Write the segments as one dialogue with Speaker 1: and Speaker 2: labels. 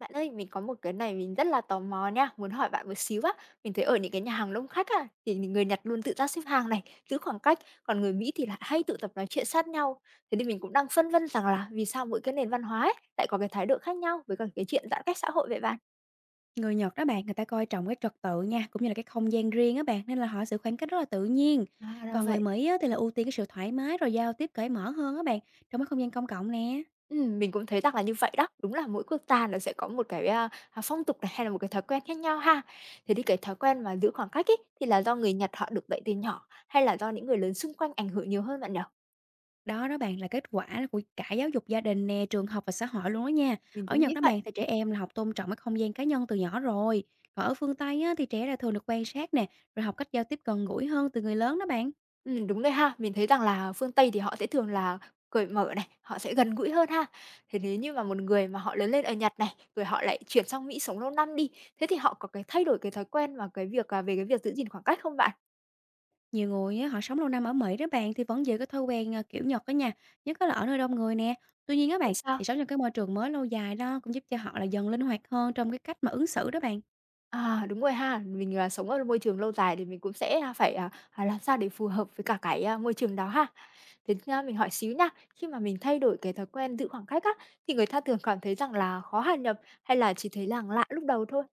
Speaker 1: Bạn ơi, mình có một cái này mình rất là tò mò nha, muốn hỏi bạn một xíu á. Mình thấy ở những cái nhà hàng đông khách á, thì người Nhật luôn tự giác xếp hàng này, giữ khoảng cách, còn người Mỹ thì lại hay tụ tập nói chuyện sát nhau. Thế thì mình cũng đang phân vân rằng là vì sao mỗi cái nền văn hóa ấy lại có cái thái độ khác nhau với cả cái chuyện giãn cách xã hội vậy bạn?
Speaker 2: Người Nhật đó bạn, người ta coi trọng cái trật tự nha, cũng như là cái không gian riêng á bạn, nên là họ sự khoảng cách rất là tự nhiên.
Speaker 1: À, ra
Speaker 2: Còn người
Speaker 1: vậy.
Speaker 2: Mỹ á, thì là ưu tiên cái sự thoải mái rồi giao tiếp cởi mở hơn á bạn, trong cái không gian công cộng nè.
Speaker 1: Ừ, mình cũng thấy rằng là như vậy đó, đúng là mỗi quốc gia nó sẽ có một cái phong tục này hay là một cái thói quen khác nhau ha. Thế thì cái thói quen mà giữ khoảng cách ấy thì là do người Nhật họ được dạy từ nhỏ hay là do những người lớn xung quanh ảnh hưởng nhiều hơn bạn nhỉ?
Speaker 2: Đó đó bạn là kết quả của cả giáo dục gia đình nè, trường học và xã hội luôn đó nha.
Speaker 1: Mình
Speaker 2: Ở
Speaker 1: cũng
Speaker 2: Nhật
Speaker 1: nghĩ
Speaker 2: đó
Speaker 1: vậy.
Speaker 2: bạn thì trẻ em là học tôn trọng cái không gian cá nhân từ nhỏ rồi. Còn ở phương Tây á, thì trẻ là thường được quan sát nè, rồi học cách giao tiếp gần gũi hơn từ người lớn đó bạn.
Speaker 1: Đúng rồi ha. Mình thấy rằng là phương Tây thì họ sẽ thường là cởi mở này, họ sẽ gần gũi hơn ha. Thế nếu như mà một người mà họ lớn lên ở Nhật này, rồi họ lại chuyển sang Mỹ sống lâu năm đi, thế thì họ có cái thay đổi cái thói quen và cái việc, về cái việc giữ gìn khoảng cách không bạn?
Speaker 2: Nhiều người á, họ sống lâu năm ở Mỹ đó bạn thì vẫn giữ cái thói quen, à, kiểu Nhật đó nha, nhất á là ở nơi đông người nè. Tuy nhiên á
Speaker 1: Vậy
Speaker 2: bạn,
Speaker 1: sao?
Speaker 2: thì sống trong cái môi trường mới lâu dài đó cũng giúp cho họ là dần linh hoạt hơn trong cái cách mà ứng xử đó bạn.
Speaker 1: À, đúng rồi ha. Mình, sống ở môi trường lâu dài thì mình cũng sẽ, phải, làm sao để phù hợp với cả cái, môi trường đó ha. Thế, mình hỏi xíu nha, khi mà mình thay đổi cái thói quen giữ khoảng cách á, thì người ta thường cảm thấy rằng là khó hòa nhập hay là chỉ thấy là lạ lúc đầu thôi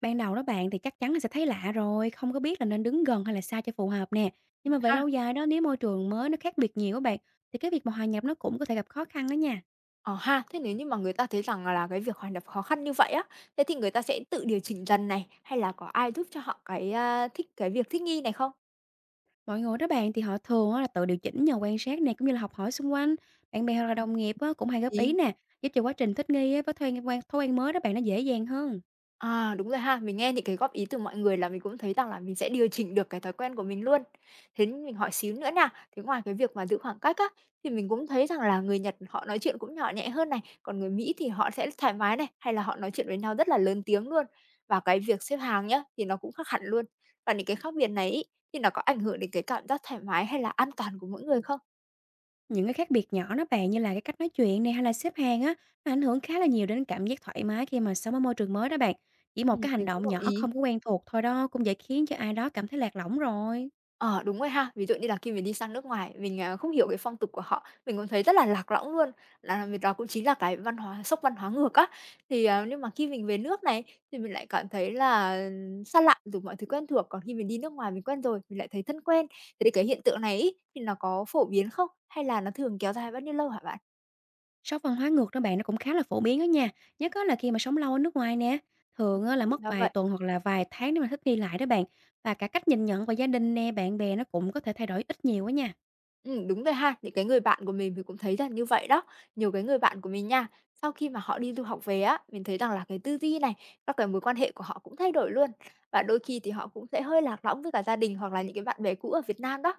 Speaker 2: Ban đầu đó bạn thì chắc chắn là sẽ thấy lạ rồi, không có biết là nên đứng gần hay là xa cho phù hợp nè. Nhưng mà về
Speaker 1: ha?
Speaker 2: lâu dài đó, nếu môi trường mới nó khác biệt nhiều á bạn, thì cái việc mà hòa nhập nó cũng có thể gặp khó khăn đó nha.
Speaker 1: Ờ ha, thế nếu như mà người ta thấy rằng là cái việc hòa nhập khó khăn như vậy á, thế thì người ta sẽ tự điều chỉnh dần này, hay là có ai giúp cho họ cái, thích cái việc thích nghi này không?
Speaker 2: Mọi người đó bạn thì họ thường á là tự điều chỉnh nhờ quan sát này, cũng như là học hỏi xung quanh. Bạn bè hoặc là
Speaker 1: Ừm,
Speaker 2: đồng nghiệp á cũng hay góp ý
Speaker 1: gì?
Speaker 2: nè, giúp cho quá trình thích nghi á với thói quen mới đó bạn nó dễ dàng hơn.
Speaker 1: À, đúng rồi ha. Mình nghe những cái góp ý từ mọi người là mình cũng thấy rằng là mình sẽ điều chỉnh được cái thói quen của mình luôn. Thế nhưng mình hỏi xíu nữa nha, thế ngoài cái việc mà giữ khoảng cách á, thì mình cũng thấy rằng là người Nhật họ nói chuyện cũng nhỏ nhẹ hơn này, còn người Mỹ thì họ sẽ thoải mái này, hay là họ nói chuyện với nhau rất là lớn tiếng luôn. Và cái việc xếp hàng nhá, thì nó cũng khác hẳn luôn. Và những cái khác biệt này ý, thì nó có ảnh hưởng đến cái cảm giác thoải mái hay là an toàn của mỗi người không?
Speaker 2: Những cái khác biệt nhỏ đó bạn, như là cái cách nói chuyện này hay là xếp hàng á, nó ảnh hưởng khá là nhiều đến cảm giác thoải mái khi mà sống ở môi trường mới đó bạn. Chỉ
Speaker 1: Ừ,
Speaker 2: một cái hành
Speaker 1: mình cũng
Speaker 2: động
Speaker 1: đồng
Speaker 2: nhỏ
Speaker 1: ý.
Speaker 2: không có quen thuộc thôi đó cũng dễ khiến cho ai đó cảm thấy lạc lõng rồi.
Speaker 1: Ờ, đúng rồi ha. Ví dụ như là khi mình đi sang nước ngoài, mình, không hiểu cái phong tục của họ, mình cũng thấy rất là lạc lõng luôn, là việc đó cũng chính là cái văn hóa sốc văn hóa ngược á. Thì, ờ, nhưng mà khi mình về nước này, thì mình lại cảm thấy là xa lạ rồi mọi thứ quen thuộc, còn khi mình đi nước ngoài mình quen rồi, mình lại thấy thân quen. Thế thì cái hiện tượng này ấy, thì nó có phổ biến không? Hay là nó thường kéo dài bao nhiêu lâu hả bạn?
Speaker 2: Sốc văn hóa ngược đó bạn, nó cũng khá là phổ biến đó nha, nhất á là khi mà sống lâu ở nước ngoài nè. Thường á là mất
Speaker 1: Ra
Speaker 2: vài
Speaker 1: vậy.
Speaker 2: tuần hoặc là vài tháng để mà thích nghi lại đó bạn, và cả cách nhìn nhận của gia đình nè, bạn bè nó cũng có thể thay đổi ít nhiều á nha.
Speaker 1: Đúng rồi ha. Những cái người bạn của mình cũng thấy là như vậy đó. Nhiều cái người bạn của mình nha, sau khi mà họ đi du học về á, mình thấy rằng là cái tư duy này, các cái mối quan hệ của họ cũng thay đổi luôn. Và đôi khi thì họ cũng sẽ hơi lạc lõng với cả gia đình hoặc là những cái bạn bè cũ ở Việt Nam đó.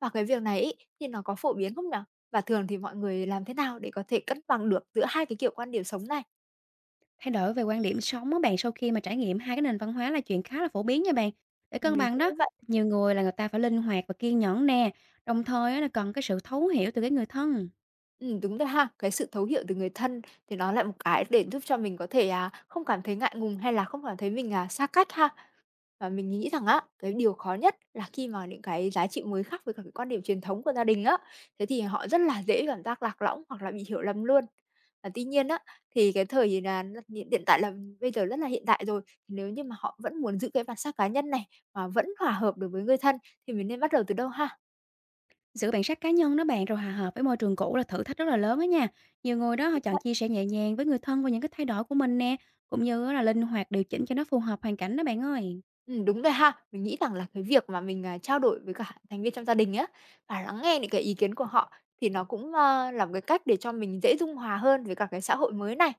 Speaker 1: Và cái việc này ấy, thì nó có phổ biến không nhỉ? Và thường thì mọi người làm thế nào để có thể cân bằng được giữa hai cái kiểu quan điểm sống này?
Speaker 2: Thay đổi về quan điểm sống á bạn, sau khi mà trải nghiệm hai cái nền văn hóa là chuyện khá là phổ biến nha bạn. Để cân
Speaker 1: Mình
Speaker 2: bằng
Speaker 1: cũng
Speaker 2: đó,
Speaker 1: nghĩ vậy.
Speaker 2: nhiều người là người ta phải linh hoạt và kiên nhẫn nè, đồng thời á là cần cái sự thấu hiểu từ cái người thân.
Speaker 1: Đúng rồi ha. Cái sự thấu hiểu từ người thân thì nó lại một cái để giúp cho mình có thể, không cảm thấy ngại ngùng hay là không cảm thấy mình, xa cách ha. Và mình nghĩ rằng á, cái điều khó nhất là khi mà những cái giá trị mới khác với cả cái quan điểm truyền thống của gia đình á, thế thì họ rất là dễ cảm giác lạc lõng hoặc là bị hiểu lầm luôn. Và tuy nhiên á, thì cái thời là hiện hiện tại là bây giờ rất là hiện đại rồi, thì nếu như mà họ vẫn muốn giữ cái bản sắc cá nhân này, mà vẫn hòa hợp được với người thân thì mình nên bắt đầu từ đâu ha?
Speaker 2: Giữ bản sắc cá nhân đó bạn, rồi hòa hợp với môi trường cũ là thử thách rất là lớn á nha. Nhiều người đó họ
Speaker 1: Đúng.
Speaker 2: chọn chia sẻ nhẹ nhàng với người thân về những cái thay đổi của mình nè, cũng như á là linh hoạt điều chỉnh cho nó phù hợp hoàn cảnh đó bạn ơi.
Speaker 1: Đúng rồi ha. Mình nghĩ rằng là cái việc mà mình, trao đổi với cả thành viên trong gia đình á, và lắng nghe những cái ý kiến của họ thì nó cũng, là một cái cách để cho mình dễ dung hòa hơn với cả cái xã hội mới này.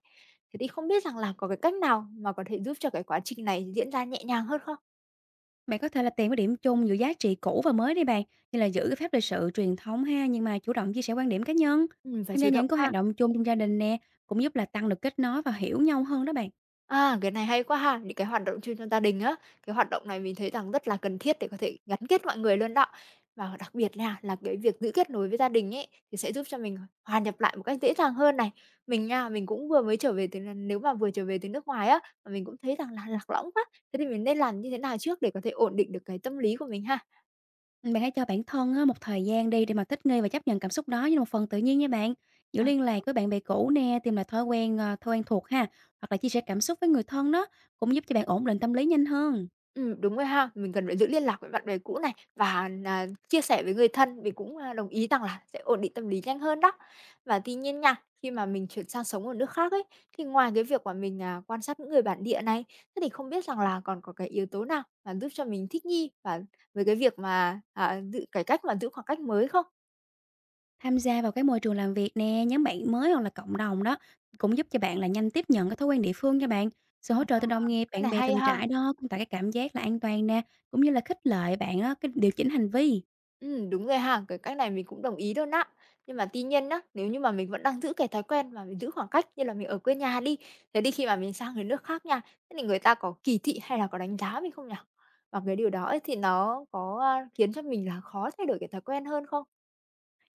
Speaker 1: Thế thì không biết rằng là có cái cách nào mà có thể giúp cho cái quá trình này diễn ra nhẹ nhàng hơn không?
Speaker 2: Bạn có thể là tìm cái điểm chung giữa giá trị cũ và mới đi bạn, như là giữ cái phép lịch sự truyền thống ha, nhưng mà chủ động chia sẻ quan điểm cá nhân.
Speaker 1: Phải
Speaker 2: Tham
Speaker 1: chủ
Speaker 2: gia
Speaker 1: động
Speaker 2: những cái hoạt
Speaker 1: ha.
Speaker 2: động chung trong gia đình nè, cũng giúp là tăng được kết nối và hiểu nhau hơn đó bạn.
Speaker 1: À, cái này hay quá ha! Những cái hoạt động chuyên trong gia đình á, cái hoạt động này mình thấy rằng rất là cần thiết để có thể gắn kết mọi người luôn đó. Và đặc biệt nha, là cái việc giữ kết nối với gia đình ấy, thì sẽ giúp cho mình hòa nhập lại một cách dễ dàng hơn này. Mình nha, mình cũng vừa mới trở về từ nếu mà vừa trở về từ nước ngoài á, mà mình cũng thấy rằng là lạc lõng quá, thế thì mình nên làm như thế nào trước để có thể ổn định được cái tâm lý của mình ha?
Speaker 2: Bạn hãy cho bản thân á, một thời gian đi để mà thích nghi và chấp nhận cảm xúc đó như một phần tự nhiên nha bạn. Giữ
Speaker 1: À.
Speaker 2: liên lạc với bạn bè cũ nè, tìm lại thói quen thuộc ha, hoặc là chia sẻ cảm xúc với người thân đó cũng giúp cho bạn ổn định tâm lý nhanh hơn.
Speaker 1: Đúng rồi ha. Mình cần phải giữ liên lạc với bạn bè cũ này và nà chia sẻ với người thân, mình cũng, đồng ý rằng là sẽ ổn định tâm lý nhanh hơn đó. Và tuy nhiên nha, khi mà mình chuyển sang sống ở nước khác ấy, thì ngoài cái việc mà mình, quan sát những người bản địa này, thế thì không biết rằng là còn có cái yếu tố nào mà giúp cho mình thích nghi và với cái việc mà, giữ cái cách mà giữ khoảng cách mới không?
Speaker 2: Tham gia vào cái môi trường làm việc nè, nhóm bạn mới hoặc là cộng đồng đó cũng giúp cho bạn là nhanh tiếp nhận cái thói quen địa phương nha bạn. Sự hỗ
Speaker 1: À,
Speaker 2: trợ từ đồng nghiệp,
Speaker 1: cái
Speaker 2: bạn
Speaker 1: này
Speaker 2: bè
Speaker 1: hay
Speaker 2: từng
Speaker 1: ha.
Speaker 2: trải đó cũng tạo cái cảm giác là an toàn nè, cũng như là khích lệ bạn á, cái điều chỉnh hành vi.
Speaker 1: Ừ, đúng rồi ha, cái cách này mình cũng đồng ý luôn á. Nhưng mà tuy nhiên á, nếu như mà mình vẫn đang giữ cái thói quen mà mình giữ khoảng cách như là mình ở quê nhà đi, thế đi khi mà mình sang cái nước khác nha, thế thì người ta có kỳ thị hay là có đánh giá mình không nhỉ? Và cái điều đó ấy thì nó có, khiến cho mình là khó thay đổi cái thói quen hơn không?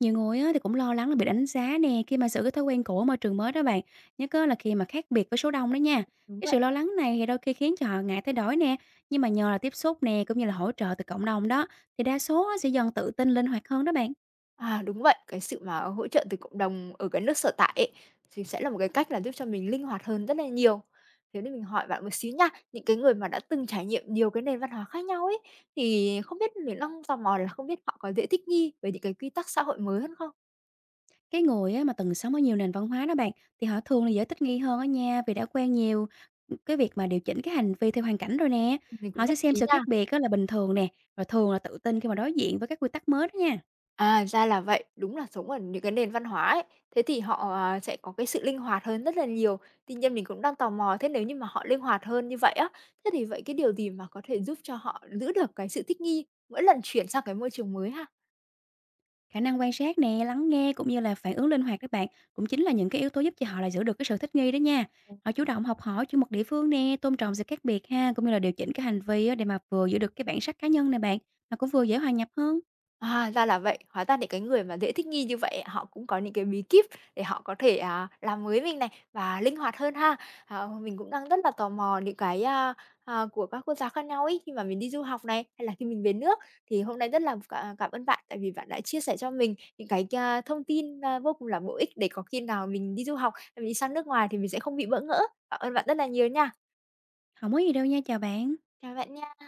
Speaker 2: Nhiều người á, thì cũng lo lắng là bị đánh giá nè khi mà giữ cái thói quen cũ ở môi trường mới đó bạn. Nhất á, là khi mà khác biệt với số đông đó nha.
Speaker 1: Đúng
Speaker 2: Cái
Speaker 1: vậy.
Speaker 2: sự lo lắng này thì đôi khi khiến cho họ ngại thay đổi nè. Nhưng mà nhờ là tiếp xúc nè, cũng như là hỗ trợ từ cộng đồng đó, thì đa số á, sẽ dần tự tin linh hoạt hơn đó bạn.
Speaker 1: À, đúng vậy, cái sự mà hỗ trợ từ cộng đồng ở cái nước sở tại ấy, thì sẽ là một cái cách là giúp cho mình linh hoạt hơn rất là nhiều. Thế nên mình hỏi bạn một xíu nha, những cái người mà đã từng trải nghiệm nhiều cái nền văn hóa khác nhau ấy, thì không biết mình đang tò mò là không biết họ có dễ thích nghi với những cái quy tắc xã hội mới hơn không?
Speaker 2: Cái người á, mà từng sống ở nhiều nền văn hóa đó bạn, thì họ thường là dễ thích nghi hơn ở nha, vì đã quen nhiều cái việc mà điều chỉnh cái hành vi theo hoàn cảnh rồi nè.
Speaker 1: Mình cũng
Speaker 2: Họ sẽ
Speaker 1: nhất
Speaker 2: xem
Speaker 1: trí
Speaker 2: sự
Speaker 1: nha.
Speaker 2: khác biệt á, là bình thường nè, và thường là tự tin khi mà đối diện với các quy tắc mới đó nha.
Speaker 1: À, ra là vậy. Đúng là sống ở những cái nền văn hóa ấy, thế thì họ, sẽ có cái sự linh hoạt hơn rất là nhiều. Tuy nhiên mình cũng đang tò mò, thế nếu như mà họ linh hoạt hơn như vậy á, thế thì vậy cái điều gì mà có thể giúp cho họ giữ được cái sự thích nghi mỗi lần chuyển sang cái môi trường mới ha?
Speaker 2: Khả năng quan sát nè, lắng nghe, cũng như là phản ứng linh hoạt các bạn cũng chính là những cái yếu tố giúp cho họ là giữ được cái sự thích nghi đó nha. Họ chủ động học hỏi chuyên mục địa phương nè, tôn trọng sự khác biệt ha, cũng như là điều chỉnh cái hành vi á để mà vừa giữ được cái bản sắc cá nhân này bạn, mà cũng vừa dễ hòa nhập hơn.
Speaker 1: À, ra là vậy. Hóa ra những cái người mà dễ thích nghi như vậy họ cũng có những cái bí kíp để họ có thể, làm mới mình này và linh hoạt hơn ha. À, mình cũng đang rất là tò mò những cái, của các quốc gia khác nhau ấy, khi mà mình đi du học này, hay là khi mình về nước. Thì hôm nay rất là cảm cảm ơn bạn, tại vì bạn đã chia sẻ cho mình những cái, thông tin, vô cùng là bổ ích để có khi nào mình đi du học, mình đi sang nước ngoài thì mình sẽ không bị bỡ ngỡ. Cảm ơn bạn rất là nhiều nha.
Speaker 2: Không có gì đâu nha, chào bạn.
Speaker 1: Chào bạn nha.